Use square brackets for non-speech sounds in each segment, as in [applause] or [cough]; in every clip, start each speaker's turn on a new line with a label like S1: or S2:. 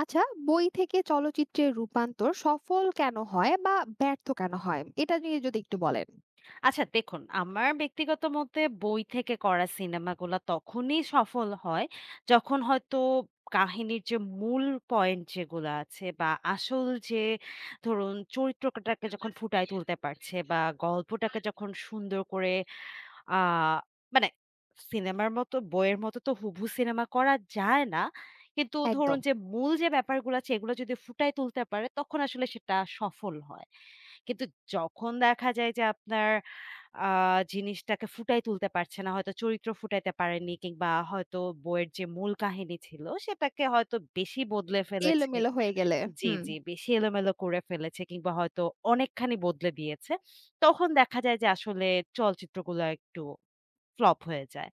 S1: আচ্ছা, বই থেকে চলচ্চিত্রের রূপান্তর সফল কেন হয় বা ব্যর্থ কেন হয় এটা নিয়ে যদি একটু বলেন।
S2: আচ্ছা দেখুন, আমার ব্যক্তিগত মতে বই থেকে করা সিনেমাগুলা তখনই সফল হয়, যখন হয়তো কাহিনীর যে মূল পয়েন্ট যেগুলা আছে বা আসল যে ধরুন চরিত্রটাকে যখন ফুটায় তুলতে পারছে বা গল্পটাকে যখন সুন্দর করে আ মানে সিনেমার মতো বইয়ের মতো তো হুবহু সিনেমা করা যায় না। কিন্তু ধরুন
S1: একদম
S2: যে মূল যে ব্যাপারগুলো আছে এগুলো যদি ফুটায় তুলতে পারে তখন আসলে সেটা সফল হয়। কিন্তু যখন দেখা যায় যে আপনার আ জিনিসটাকে ফুটায় তুলতে পারছে না, হয়তো চরিত্র ফুটাইতে পারেননি কিংবা হয়তো বইয়ের যে মূল কাহিনী ছিল সেটাকে হয়তো বেশি বদলে ফেলেছে।
S1: এলোমেলো হয়ে গেলে।
S2: জি,
S1: হুম।
S2: জি, বেশি এলোমেলো করে ফেলেছে কিংবা হয়তো অনেকখানি বদলে দিয়েছে। তখন দেখা যায় যে আসলে চলচ্চিত্রগুলো একটু ফ্লপ হয়ে যায়।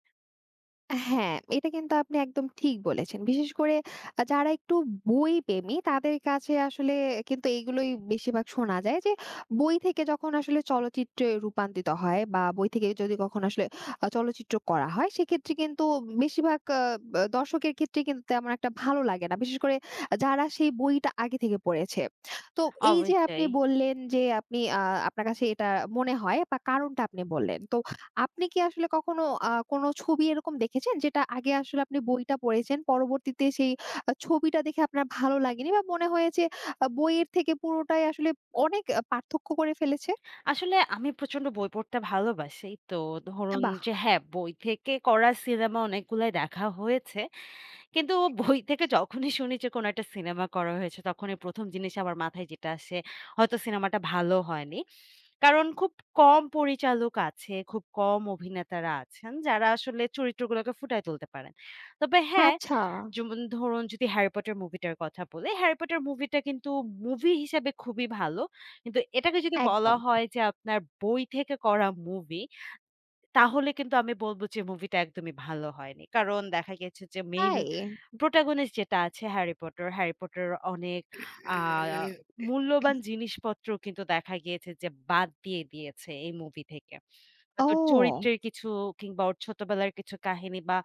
S1: হ্যাঁ, এটা কিন্তু আপনি একদম ঠিক বলেছেন। বিশেষ করে যারা একটু বই প্রেমী তাদের কাছে আসলে কিন্তু এইগুলোই বেশিরভাগ শোনা যায় যে, বই থেকে যখন আসলে চলচ্চিত্রে রূপান্তরিত হয় বা বই থেকে যদি কখনো আসলে চলচ্চিত্র করা হয় সেক্ষেত্রে কিন্তু বেশিরভাগ আ ব দর্শকের ক্ষেত্রে কিন্তু তেমন একটা ভালো লাগে না। বিশেষ করে যারা সেই বইটা আগে থেকে পড়েছে। তো এই যে আপনি
S2: অবশ্যই।
S1: বললেন যে আপনি আ আপনার কাছে এটা মনে হয় বা কারণটা আপনি বললেন। তো আপনি কি আসলে কখনো কোনো ছবি এরকম দেখেছেন যেটা আগে আসলে আপনি বইটা পড়েছেন, পরবর্তীতে সেই ছবিটা দেখে আপনার ভালো লাগেনি বা মনে হয়েছে বইয়ের থেকে পুরোটাই আসলে অনেক পার্থক্য করে ফেলেছে?
S2: আসলে আমি প্রচন্ড বই পড়তে ভালোবাসি। তো ধরুন
S1: বাহ!
S2: যে হ্যাঁ, বই থেকে করা সিনেমা অনেকগুলাই দেখা হয়েছে। কিন্তু বই থেকে যখনই শুনি যে কোনো একটা সিনেমা করা হয়েছে, তখনই ১ম জিনিস আমার মাথায় যেটা আসে, হয়তো সিনেমাটা ভালো হয়নি। কারণ খুব কম পরিচালক আছে, খুব কম অভিনেতারা আছেন, যারা আসলে চরিত্রগুলোকে ফুটায় তুলতে পারেন। তবে হ্যাঁ,
S1: আচ্ছা,
S2: যেমন ধরুন যদি হ্যারি পটার মুভিটার কথা বলি, হ্যারি পটার মুভিটা কিন্তু মুভি হিসেবে খুবই ভালো। কিন্তু এটাকে যদি বলা
S1: একদম।
S2: হয় যে আপনার বই থেকে করা মুভি, তাহলে কিন্তু আমি বলব যে মুভিটা একদমই ভালো হয়নি। কারণ দেখা গেছে যে মেইন
S1: তাই?
S2: প্রোটাগনিস্ট যেটা আছে হ্যারি পটার, হ্যারি পটারের অনেক আ মূল্যবান জিনিসপত্র কিন্তু দেখা গিয়েছে যে বাদ দিয়ে দিয়েছে এই মুভি থেকে। হয়তো
S1: ও!
S2: চরিত্রের কিছু কিংবা ওর ছোটবেলার কিছু কাহিনী বা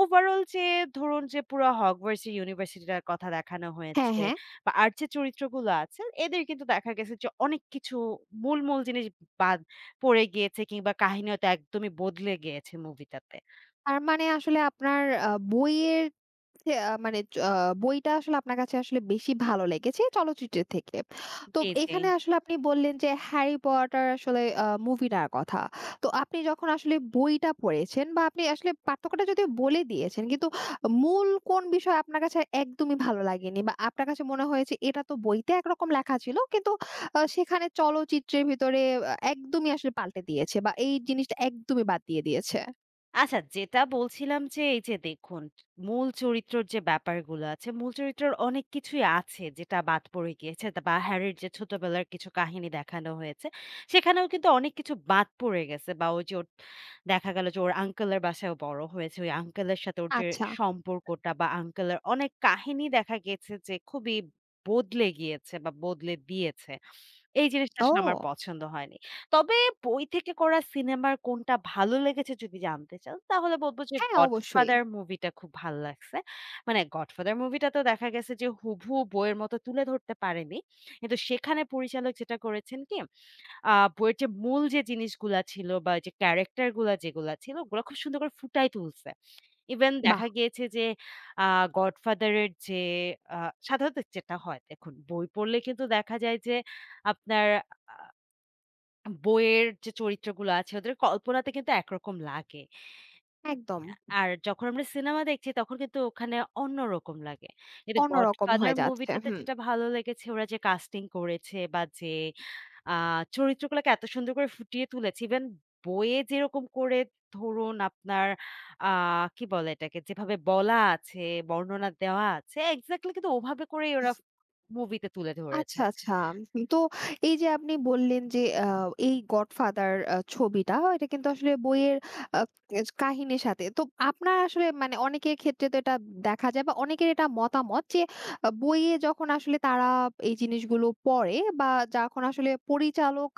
S2: ওভারঅল যে ধরুন যে পুরো হগওয়ার্টস ইউনিভার্সিটিটার কথা দেখানো
S1: হ্যাঁ,
S2: হয়েছে
S1: হ্যাঁ।
S2: বা আর যে চরিত্রগুলো আছে এদের কিন্তু দেখা গেছে যে অনেক কিছু মূল, মূল জিনিস বাদ পড়ে গিয়েছে কিংবা কাহিনী হয়তো একদমই বদলে গিয়েছে মুভিটাতে।
S1: তার মানে আসলে আপনার আ বইয়ের থে আ মানে চ আ বইটা আসলে আপনার কাছে আসলে বেশি ভালো লেগেছে চলচ্চিত্রের থেকে। তো
S2: জি, জি।
S1: এখানে আসলে আপনি বললেন যে, 'হ্যারি পটার' আসলে মুভিটার কথা। তো আপনি যখন আসলে বইটা পড়েছেন বা আপনি আসলে পার্থক্যটা যদিও বলে দিয়েছেন, কিন্তু মূল কোন বিষয় আপনার কাছে একদমই ভালো লাগেনি বা আপনার কাছে মনে হয়েছে এটা তো বইতে একরকম লেখা ছিল, কিন্তু সেখানে চলচ্চিত্রের ভিতরে একদমই আসলে পাল্টে দিয়েছে বা এই জিনিসটা একদমই বাদ দিয়ে দিয়েছে?
S2: আচ্ছা, যেটা বলছিলাম যে এই যে দেখুন, মূল চরিত্রর যে ব্যাপারগুলো আছে, মূল চরিত্রর অনেক কিছুই আছে যেটা বাদ পড়ে গিয়েছে বা হ্যারির যে ছোটবেলার কিছু কাহিনী দেখানো হয়েছে, সেখানেও কিন্তু অনেক কিছু বাদ পড়ে গেছে বা ওই যে ওর দেখা গেল যে ওর আঙ্কেলের বাসায় ও বড় হয়েছে। ওই আঙ্কেলের সাথে ওর যে
S1: আচ্ছা।
S2: সম্পর্কটা বা আঙ্কেলের অনেক কাহিনী দেখা গেছে যে খুবই বদলে গিয়েছে বা বদলে দিয়েছে। এই জিনিসটা আসলে আমার
S1: ও!
S2: পছন্দ হয়নি। তবে বই থেকে করা সিনেমার কোনটা ভালো লেগেছে যদি জানতে চান, তাহলে বলব যে
S1: হ্যাঁ, অবশ্যই।
S2: 'গডফাদার' মুভিটা খুব ভাল লাগছে। মানে 'গডফাদার' মুভিটা তো দেখা গেছে যে হুবহু বইয়ের মতো তুলে ধরতে পারেনি। কিন্তু সেখানে পরিচালক যেটা করেছেন কি, বইয়ের যে মূল যে জিনিসগুলা ছিল বা যে ক্যারেক্টার গুলা যেগুলা ছিল, ওগুলা খুব সুন্দর করে ফুটায় তুলছে। ইভেন
S1: বাহ!
S2: দেখা গিয়েছে যে আ 'গডফাদার' এর যে আ সাধারণত যেটা হয় দেখুন, বই পড়লে কিন্তু দেখা যায় যে আপনার আ বইয়ের যে চরিত্রগুলো আছে ওদের কল্পনাতে কিন্তু একরকম লাগে।
S1: একদম।
S2: আর যখন আমরা সিনেমা দেখছি তখন কিন্তু ওখানে অন্যরকম লাগে। কিন্তু
S1: অন্যরকম
S2: 'গডফাদার'
S1: হয়ে যাচ্ছে।
S2: মুভিটাতে
S1: হুম।
S2: যেটা ভালো লেগেছে ওরা যে কাস্টিং করেছে বা যে আ চরিত্রগুলোকে এত সুন্দর করে ফুটিয়ে তুলেছে ইভেন বইয়ে যেরকম করে ধরুন আপনার আ কি বলে এটাকে যেভাবে বলা আছে, বর্ণনা দেওয়া আছে এক্সাক্টলি কিন্তু ওভাবে করেই ওরা মুভিতে তুলে ধরেছে।
S1: আচ্ছা, আচ্ছা। তো এই যে আপনি বললেন যে এই 'গডফাদার' ছবিটা এটা কিন্তু আসলে বইয়ের আ কাহিনীর সাথে। তো আপনার আসলে মানে অনেকের ক্ষেত্রে তো এটা দেখা যায় বা অনেকের এটা মতামত যে বইয়ে যখন আসলে তারা এই জিনিসগুলো পড়ে বা যখন আসলে পরিচালক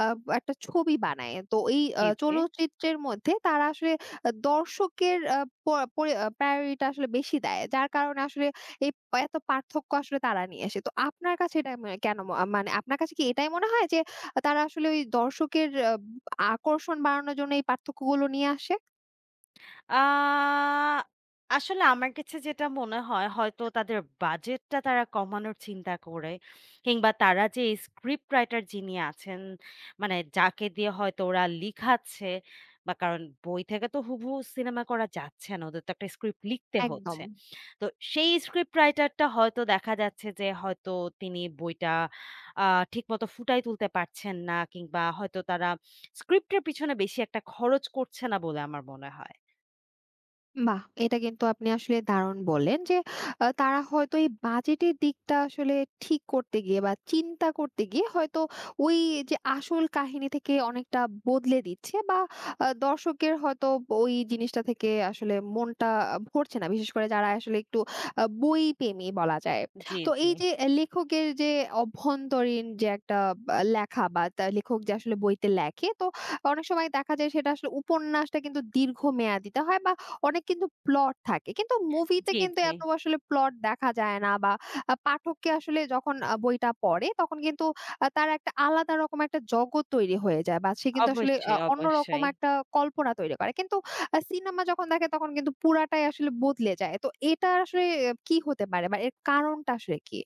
S1: আ একটা ছবি বানায়। তো এই
S2: জি, জি।
S1: চলচ্চিত্রের মধ্যে তারা আসলে দর্শকের আ প পরি প্রায়োরিটি আসলে বেশি দেয়। যার কারণে আসলে এই এত পার্থক্য আসলে তারা নিয়ে আসে। তো আপনার কাছে এটা মা কেন ম মানে আপনার কাছে কি এটাই মনে হয় যে তারা আসলে ওই দর্শকের আকর্ষণ বাড়ানোর জন্য এই পার্থক্যগুলো নিয়ে আসে?
S2: আ আসলে আমার কাছে যেটা মনে হয়, হয়তো তাদের বাজেটটা তারা কমানোর চিন্তা করে কিংবা তারা যে স্ক্রিপ্ট রাইটার যিনি আছেন, মানে যাকে দিয়ে হয়তো ওরা লিখাচ্ছে বা কারণ বই থেকে তো হুবহু সিনেমা করা যাচ্ছে না। ওদের তো একটা স্ক্রিপ্ট লিখতে
S1: একদম।
S2: হচ্ছে। তো সেই স্ক্রিপ্ট রাইটারটা হয়তো দেখা যাচ্ছে যে হয়তো তিনি বইটা আ ঠিকমতো ফুটায় তুলতে পারছেন না কিংবা হয়তো তারা স্ক্রিপ্টের পিছনে বেশি একটা খরচ করছে না বলে আমার মনে হয়।
S1: বাহ! এটা কিন্তু আপনি আসলে দারুণ বললেন যে, তারা হয়তো এই বাজেটের দিকটা আসলে ঠিক করতে গিয়ে বা চিন্তা করতে গিয়ে হয়তো ওই যে আসল কাহিনী থেকে অনেকটা বদলে দিচ্ছে বা দর্শকের হয়তো ওই জিনিসটা থেকে আসলে মনটা ভরছে না। বিশেষ করে যারা আসলে একটু বই প্রেমী বলা যায়।
S2: জি,
S1: তো
S2: জি।
S1: এই যে লেখকের যে অভ্যন্তরীণ যে একটা লেখা বা তা লেখক যে আসলে বইতে লেখে তো অনেক সময় দেখা যায় সেটা আসলে উপন্যাসটা কিন্তু দীর্ঘমেয়াদিতে হয় বা অনেক কিন্তু প্লট থাকে। কিন্তু মুভিতে
S2: জি,
S1: কিন্তু
S2: জি।
S1: এত আসলে প্লট দেখা যায় না বা পাঠককে আসলে যখন বইটা পড়ে তখন কিন্তু তার একটা আলাদা রকম একটা জগৎ তৈরি হয়ে যায় বা সে কিন্তু আসলে
S2: অবশ্যই,
S1: অন্যরকম
S2: অবশ্যই।
S1: একটা কল্পনা তৈরি করে। কিন্তু সিনেমা যখন দেখে তখন কিন্তু পুরাটাই আসলে বদলে যায়। তো এটা আসলে কি হতে পারে বা এর কারণটা আসলে কি?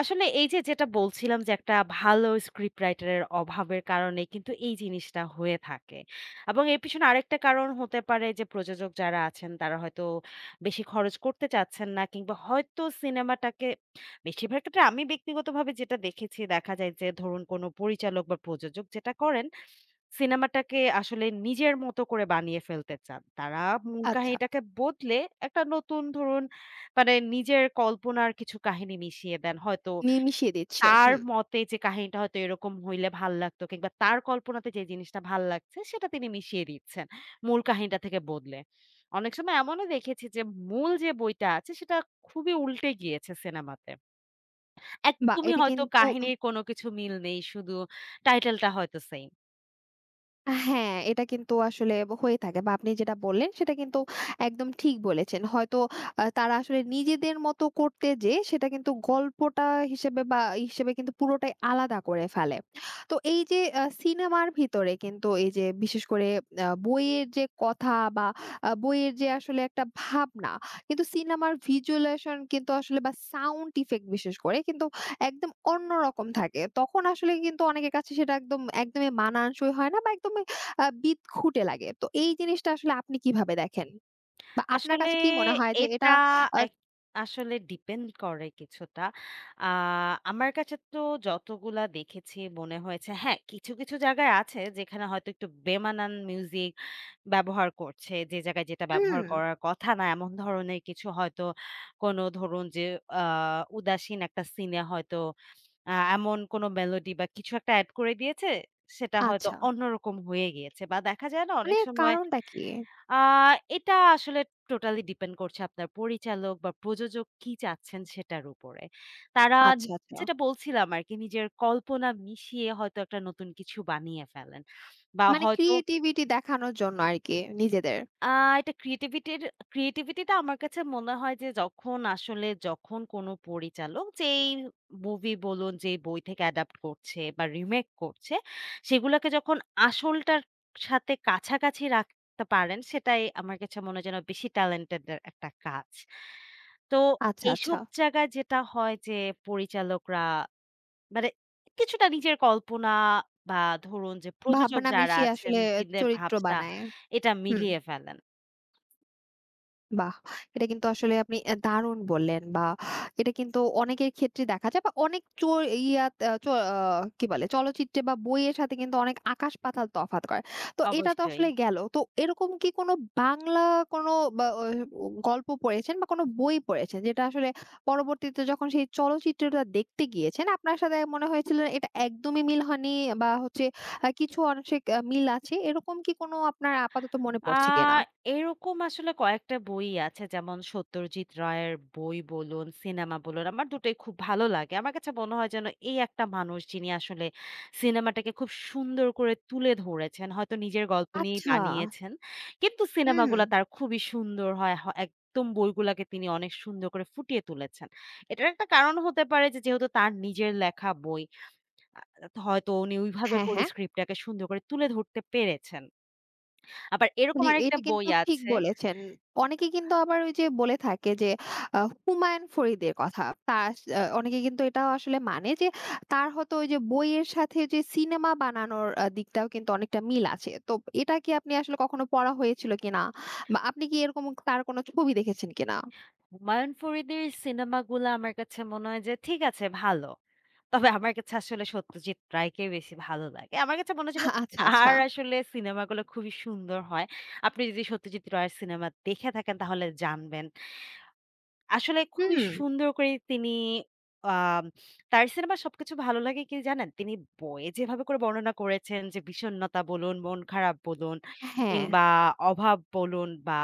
S2: আসলে এই যে যেটা বলছিলাম যে একটা ভালো স্ক্রিপ্ট রাইটারের অভাবের কারণে কিন্তু এই জিনিসটা হয়ে থাকে। এবং এর পিছনে আরেকটা কারণ হতে পারে যে প্রযোজক যারা আছেন তারা হয়তো বেশি খরচ করতে চাচ্ছেন না কিংবা হয়তো সিনেমাটাকে বেশিরভাগ ক্ষেত্রে আমি ব্যক্তিগতভাবে যেটা দেখেছি দেখা যায় যে ধরুন কোনো পরিচালক বা প্রযোজক যেটা করেন, সিনেমাটাকে আসলে নিজের মতো করে বানিয়ে ফেলতে চান। তারা মূল
S1: আচ্ছা,
S2: কাহিনীটাকে বদলে একটা নতুন ধরুন মানে নিজের কল্পনার কিছু কাহিনী মিশিয়ে দেন। হয়তো
S1: নিয়ে মিশিয়ে দিচ্ছে।
S2: তার
S1: হুম।
S2: মতে যে কাহিনীটা হয়তো এরকম হইলে ভাল লাগতো কিংবা তার কল্পনাতে যে জিনিসটা ভাল লাগছে সেটা তিনি মিশিয়ে দিচ্ছেন, মূল কাহিনীটা থেকে বদলে। অনেক সময় এমনও দেখেছি যে মূল যে বইটা আছে সেটা খুবই উল্টে গিয়েছে সিনেমাতে।
S1: বাহ!
S2: একদমই
S1: এটা
S2: হয়তো
S1: কিন্তু
S2: কাহিনীর কোনো কিছু মিল নেই, শুধু টাইটেলটা হয়তো সেইম।
S1: হ্যাঁ, এটা কিন্তু আসলে হয়ে থাকে বা আপনি যেটা বললেন সেটা কিন্তু একদম ঠিক বলেছেন। হয়তো তারা আসলে নিজেদের মতো করতে যেয়ে সেটা কিন্তু গল্পটা হিসেবে বা হিসেবে কিন্তু পুরোটাই আলাদা করে ফেলে। তো এই যে সিনেমার ভিতরে কিন্তু এই যে বিশেষ করে বইয়ের যে কথা বা বইয়ের যে আসলে একটা ভাবনা কিন্তু সিনেমার ভিজুয়ালাইজেশন কিন্তু আসলে বা সাউন্ড ইফেক্ট বিশেষ করে কিন্তু একদম অন্যরকম থাকে। তখন আসলে কিন্তু অনেকের কাছে সেটা একদমই মানানসই হয় না বা একদমই বিদঘুটে লাগে। তো এই জিনিসটা আসলে আপনি কিভাবে দেখেন? বা আপনার
S2: আসলে
S1: কাছে কি মনে হয় যে
S2: এটা
S1: এটা আ
S2: এক আসলে ডিপেন্ড করে কিছুটা। আ আমার কাছে তো যতগুলা দেখেছি মনে হয়েছে হ্যাঁ, কিছু, কিছু জায়গায় আছে যেখানে হয়তো একটু বেমানান মিউজিক ব্যবহার করছে। যে জায়গায় যেটা ব্যবহার
S1: হুম,
S2: করার কথা না এমন ধরনের কিছু হয়তো কোনো ধরুন যে আ উদাসীন একটা সিনে হয়তো এমন কোনো মেলোডি বা কিছু একটা এড করে দিয়েছে। সেটা হয়তো
S1: আচ্ছা।
S2: অন্যরকম হয়ে গিয়েছে বা দেখা যায় না
S1: মানে
S2: অনেক
S1: এর
S2: সময়।
S1: কারণটা কি?
S2: আ এটা আসলে টোটালি ডিপেন্ড করছে আপনার পরিচালক বা প্রযোজক কি চাচ্ছেন সেটার উপরে। তারা
S1: আচ্ছা, আচ্ছা।
S2: যেটা বলছিলাম আরকি নিজের কল্পনা মিশিয়ে হয়তো একটা নতুন কিছু বানিয়ে ফেলেন। বা
S1: মানে
S2: হয়তো
S1: ক্রিয়েটিভিটি দেখানোর জন্য আরকি নিজেদের।
S2: আ এটা ক্রিয়েটিভিটিটা আমার কাছে মনে হয় যে যখন আসলে যখন কোনো পরিচালক যেই মুভি বলুন, যেই বই থেকে অ্যাডাপ্ট করছে বা রিমেক করছে, সেগুলোকে যখন আসলটার সাথে কাছাকাছি রাখতে পারেন, সেটাই আমার কাছে মনে হয় যেন বেশি ট্যালেন্টেড এর একটা কাজ। তো
S1: আচ্ছা, আচ্ছা।
S2: এইসব জায়গায় যেটা হয় যে পরিচালকরা মানে কিছুটা নিজের কল্পনা বা ধরুন যে প্রযোজক
S1: ভাবনা
S2: যারা
S1: মিশিয়ে
S2: আছেন,
S1: আসলে
S2: দিনের
S1: চরিত্র
S2: ভাবটা
S1: বানায়।
S2: এটা
S1: হুম।
S2: মিলিয়ে ফেলেন।
S1: বাহ! এটা কিন্তু আসলে আপনি দারুণ বললেন বা এটা কিন্তু অনেকের ক্ষেত্রে দেখা যায় বা অনেক চ ইয়াত আ চ আ কি বলে? চলচ্চিত্রে বা বইয়ের সাথে কিন্তু অনেক আকাশ পাতাল তফাৎ করে। তো এটা তো
S2: অবশ্যই।
S1: আসলে গেল। তো এরকম কি কোনো বাংলা কোনো বা অ গল্প পড়েছেন বা কোনো বই পড়েছেন যেটা আসলে পরবর্তীতে যখন সেই চলচ্চিত্রটা দেখতে গিয়েছেন আপনার সাথে মনে হয়েছিল এটা একদমই মিল হয়নি বা হচ্ছে কিছু আংশিক মিল আছে। এরকম কি কোনো আপনার আপাতত মনে
S2: আ
S1: পড়ছে কিনা?
S2: এরকম আসলে কয়েকটা বই আছে। যেমন সত্যজিৎ রায়ের বই বলুন, সিনেমা বলুন, আমার দুটোই খুব ভালো লাগে। আমার কাছে মনে হয় যেন এই একটা মানুষ যিনি আসলে সিনেমাটাকে খুব সুন্দর করে তুলে ধরেছেন। হয়তো নিজের গল্প নিয়েই
S1: আচ্ছা।
S2: বানিয়েছেন। কিন্তু
S1: হুম।
S2: সিনেমাগুলা তার খুবই সুন্দর হয়। একদম বইগুলাকে তিনি অনেক সুন্দর করে ফুটিয়ে তুলেছেন। এটার একটা কারণ হতে পারে যে যেহেতু তার নিজের লেখা বই, আ হয়তো উনি ওইভাবে
S1: হ্যাঁ,
S2: করে
S1: হ্যাঁ।
S2: স্ক্রিপ্টটাকে সুন্দর করে তুলে ধরতে পেরেছেন। আবার এরকম
S1: জি,
S2: আরেকটা
S1: এটা
S2: বই
S1: কিন্তু ঠিক
S2: আছে।
S1: বলেছেন। অনেকে কিন্তু আবার ওই যে বলে থাকে যে আ হুমায়ুন ফরিদের কথা। তার অনেকে কিন্তু এটাও আসলে মানে যে তার হয়তো ওই যে বইয়ের সাথে যে সিনেমা বানানোর দিকটাও কিন্তু অনেকটা মিল আছে। তো এটা কি আপনি আসলে কখনো পড়া হয়েছিল কিনা? বা আপনি কি এরকম তার কোনো ছবি দেখেছেন কিনা?
S2: হুমায়ুন ফরিদির সিনেমাগুলা আমার কাছে মনে হয় যে ঠিক আছে ভালো। তবে আমার কাছে আসলে সত্যজিৎ রায়কে বেশি ভালো লাগে। আমার কাছে মনে হয়েছিল
S1: আচ্ছা, আচ্ছা।
S2: তার আসলে সিনেমাগুলো খুবই সুন্দর হয়। আপনি যদি সত্যজিৎ রায়ের সিনেমা দেখে থাকেন তাহলে জানবেন। আসলে খুবই
S1: হুম,
S2: সুন্দর করে তিনি। আম তার সিনেমার সবকিছু ভালো লাগে কি জানেন? তিনি বইয়ে যেভাবে করে বর্ণনা করেছেন যে বিষণ্ণতা বলুন, মন খারাপ বলুন
S1: হ্যাঁ।
S2: কিংবা অভাব বলুন বা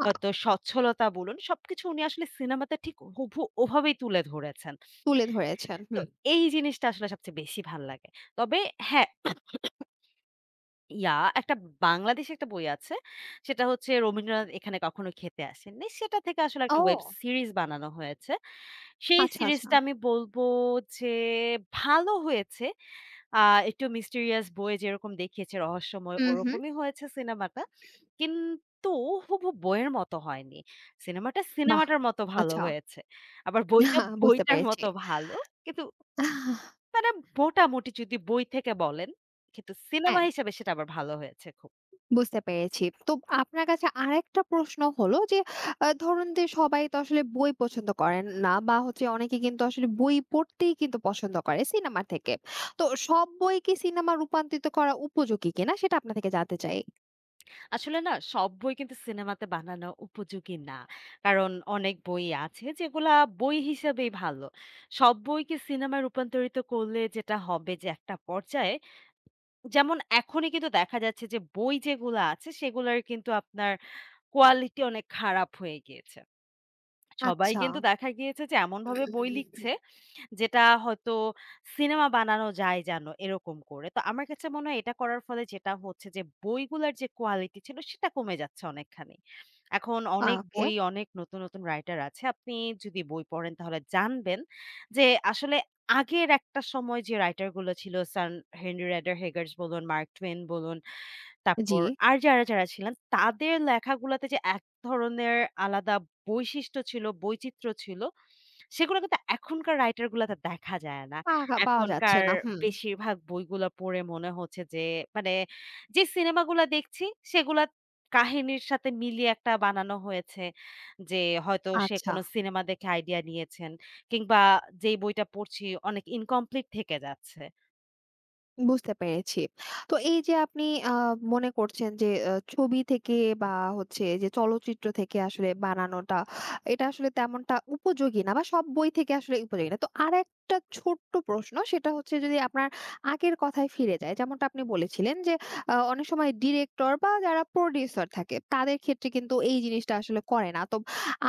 S1: আ
S2: হয়তো সচ্ছলতা বলুন, সবকিছু উনি আসলে সিনেমাতে ঠিক হুবহু ওভাবেই তুলে ধরেছেন।
S1: তুলে ধরেছেন।
S2: তো
S1: হুম।
S2: এই জিনিসটা আসলে সবচেয়ে বেশি ভাল লাগে। তবে হ্যাঁ, ইয়া একটা বাংলাদেশী একটা বই আছে। সেটা হচ্ছে 'রবীন্দ্রনাথ এখানে কখনো খেতে আসেননি।' সেটা থেকে আসলে একটা ওয়েব
S1: ও!
S2: সিরিজ বানানো হয়েছে। সেই
S1: আচ্ছা, আচ্ছা।
S2: সিরিজটা আমি বলব যে ভালো হয়েছে। আ একটু মিস্টেরিয়াস বইয়ে যেরকম দেখিয়েছে রহস্যময়
S1: হুম, হুম।
S2: ওরকমই হয়েছে সিনেমাটা। কিন্তু হুবহু বইয়ের মতো হয়নি। সিনেমাটা
S1: বাহ!
S2: সিনেমাটার মতো ভালো
S1: আচ্ছা।
S2: হয়েছে। আবার বইটা
S1: [laughs] বুঝতে
S2: বইটার
S1: পেরেছি।
S2: মতো ভালো। কিন্তু মানে মোটামুটি যদি বই থেকে বলেন, কিন্তু
S1: হ্যাঁ।
S2: সিনেমা হিসেবে সেটা আবার ভালো হয়েছে খুব।
S1: বুঝতে পেরেছি। তো আপনার কাছে আরেকটা প্রশ্ন হলো যে ধরুন যে সবাই তো আসলে বই পছন্দ করেন না বা হচ্ছে অনেকে কিন্তু আসলে বই পড়তেই কিন্তু পছন্দ করে সিনেমা থেকে। তো সব বই কি সিনেমা রূপান্তরিত করা উপযোগী কিনা সেটা আপনার থেকে জানতে চাই?
S2: আসলে না, সব বই কিন্তু সিনেমাতে বানানো উপযোগী না। কারণ অনেক বই আছে যেগুলা বই হিসেবেই ভালো। সব বইকে সিনেমায় রূপান্তরিত করলে যেটা হবে যে একটা পর্যায়ে যেমন এখনই কিন্তু দেখা যাচ্ছে যে বই যেগুলা আছে সেগুলার কিন্তু আপনার কোয়ালিটি অনেক খারাপ হয়ে গিয়েছে। সবাই
S1: আচ্ছা,
S2: কিন্তু দেখা গিয়েছে যে এমনভাবে বই লিখছে যেটা হয়তো সিনেমা বানানো যায় যেন এরকম করে। তো আমার কাছে মনে হয় এটা করার ফলে যেটা হচ্ছে যে বইগুলার যে কোয়ালিটি ছিল সেটা কমে যাচ্ছে অনেকখানি। এখন অনেক
S1: ওকে।
S2: বই অনেক নতুন, নতুন রাইটার আছে। আপনি যদি বই পড়েন তাহলে জানবেন যে আসলে আগের একটা সময় যে রাইটার গুলো ছিল হেনরি রেডার হেগার্স বলুন, মার্ক টুয়েন বলুন,
S1: জি।
S2: তারপর আর যারা ছিলেন তাদের লেখাগুলাতে যে এক ধরনের আলাদা বৈশিষ্ট্য ছিল, বৈচিত্র্য ছিল, সেগুলো কিন্তু এখনকার রাইটার গুলাতে দেখা যায় না।
S1: পাহা পাওয়া যাচ্ছে
S2: এখনকার
S1: না। হুম।
S2: বেশিরভাগ বইগুলা পড়ে মনে হচ্ছে যে মানে যে সিনেমাগুলা দেখছি সেগুলা কাহিনীর সাথে মিলিয়ে একটা বানানো হয়েছে। যে হয়তো সে
S1: আচ্ছা।
S2: কোন সিনেমা দেখে আইডিয়া নিয়েছেন কিংবা যেই বইটা পড়ছি অনেক ইনকমপ্লিট থেকে যাচ্ছে।
S1: বুঝতে পেরেছি। তো এই যে আপনি আ মনে করছেন যে ছবি থেকে বা হচ্ছে যে চলচ্চিত্র থেকে আসলে বানানোটা এটা আসলে তেমনটা উপযোগী না বা সব বই থেকে আসলে উপযোগী না। তো আরেকটা ছোট্ট প্রশ্ন সেটা হচ্ছে যদি আপনার আগের কথায় ফিরে যাই যেমনটা আপনি বলেছিলেন যে অনেক সময় ডিরেক্টর বা যারা প্রোডিউসার থাকে তাদের ক্ষেত্রে কিন্তু এই জিনিসটা আসলে করে না। তো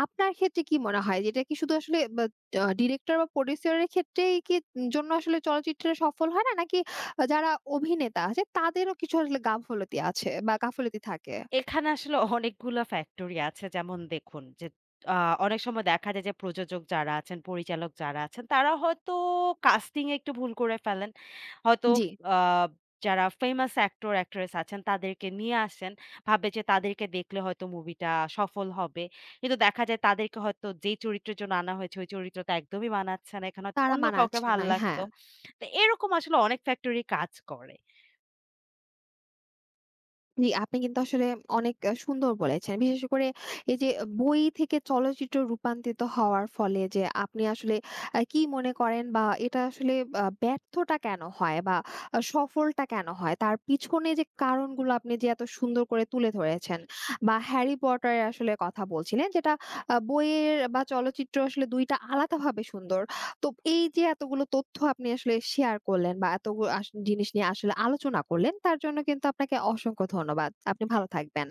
S1: আপনার ক্ষেত্রে কি মনে হয় যে এটা কি শুধু আসলে বা ডিরেক্টর বা প্রোডিউসার এর ক্ষেত্রেই কি জন্য আসলে চলচ্চিত্রে সফল হয় না? নাকি যারা অভিনেতা আছে তাদেরও কিছু আসলে গাফলতি আছে বা গাফলতি থাকে।
S2: এখানে আসলে অনেকগুলা ফ্যাক্টরি আছে। যেমন দেখুন যে আ অনেক সময় দেখা যায় যে প্রযোজক যারা আছেন, পরিচালক যারা আছেন তারা হয়তো কাস্টিং এ একটু ভুল করে ফেলেন। হয়তো
S1: জি।
S2: আ যারা ফেমাস অ্যাক্টর, অ্যাক্ট্রেস আছেন তাদেরকে নিয়ে আসেন। ভাবে যে তাদেরকে দেখলে হয়তো মুভিটা সফল হবে। কিন্তু দেখা যায় তাদেরকে হয়তো যেই চরিত্রের জন্য আনা হয়েছে ওই চরিত্রটা একদমই মানাচ্ছে না। এখানে হয়তো
S1: তারা
S2: অন্য কাউকে
S1: মানাচ্ছে
S2: ভাল
S1: না। হ্যাঁ,
S2: লাগতো। তো এরকম আসলে অনেক ফ্যাক্টরি কাজ করে।
S1: জি আপনি কিন্তু আসলে অনেক সুন্দর বলেছেন। বিশেষ করে এই যে বই থেকে চলচ্চিত্র রূপান্তরিত হওয়ার ফলে যে আপনি আসলে কি মনে করেন বা এটা আসলে ব্যর্থটা কেন হয় বা সফলটা কেন হয়? তার পিছনে যে কারণগুলো আপনি যে এত সুন্দর করে তুলে ধরেছেন বা হ্যারি পটারের আসলে কথা বলছিলেন যেটা বইয়ের বা চলচ্চিত্র আসলে ২ টা আলাদাভাবে সুন্দর। তো এই যে এতগুলো তথ্য আপনি আসলে শেয়ার করলেন বা এতগুলো জিনিস নিয়ে আসলে আলোচনা করলেন, তার জন্য কিন্তু আপনাকে অসংখ্য ধন্যবাদ। আপনি ভালো থাকবেন।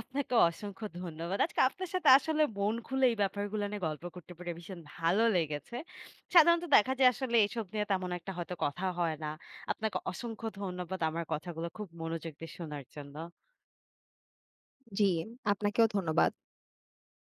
S2: আপনাকে অসংখ্য ধন্যবাদ। আজকে আপনার সাথে আসলে মন খুলে এই ব্যাপারগুলো নিয়ে গল্প করতে পেরে ভীষণ ভালো লেগেছে। সাধারণত দেখা যায় আসলে এসব নিয়ে তেমন একটা হয়তো কথা হয় না। আপনাকে অসংখ্য ধন্যবাদ আমার কথাগুলো খুব মনোযোগ দিয়ে শোনার জন্য।
S1: জি, আপনাকেও ধন্যবাদ।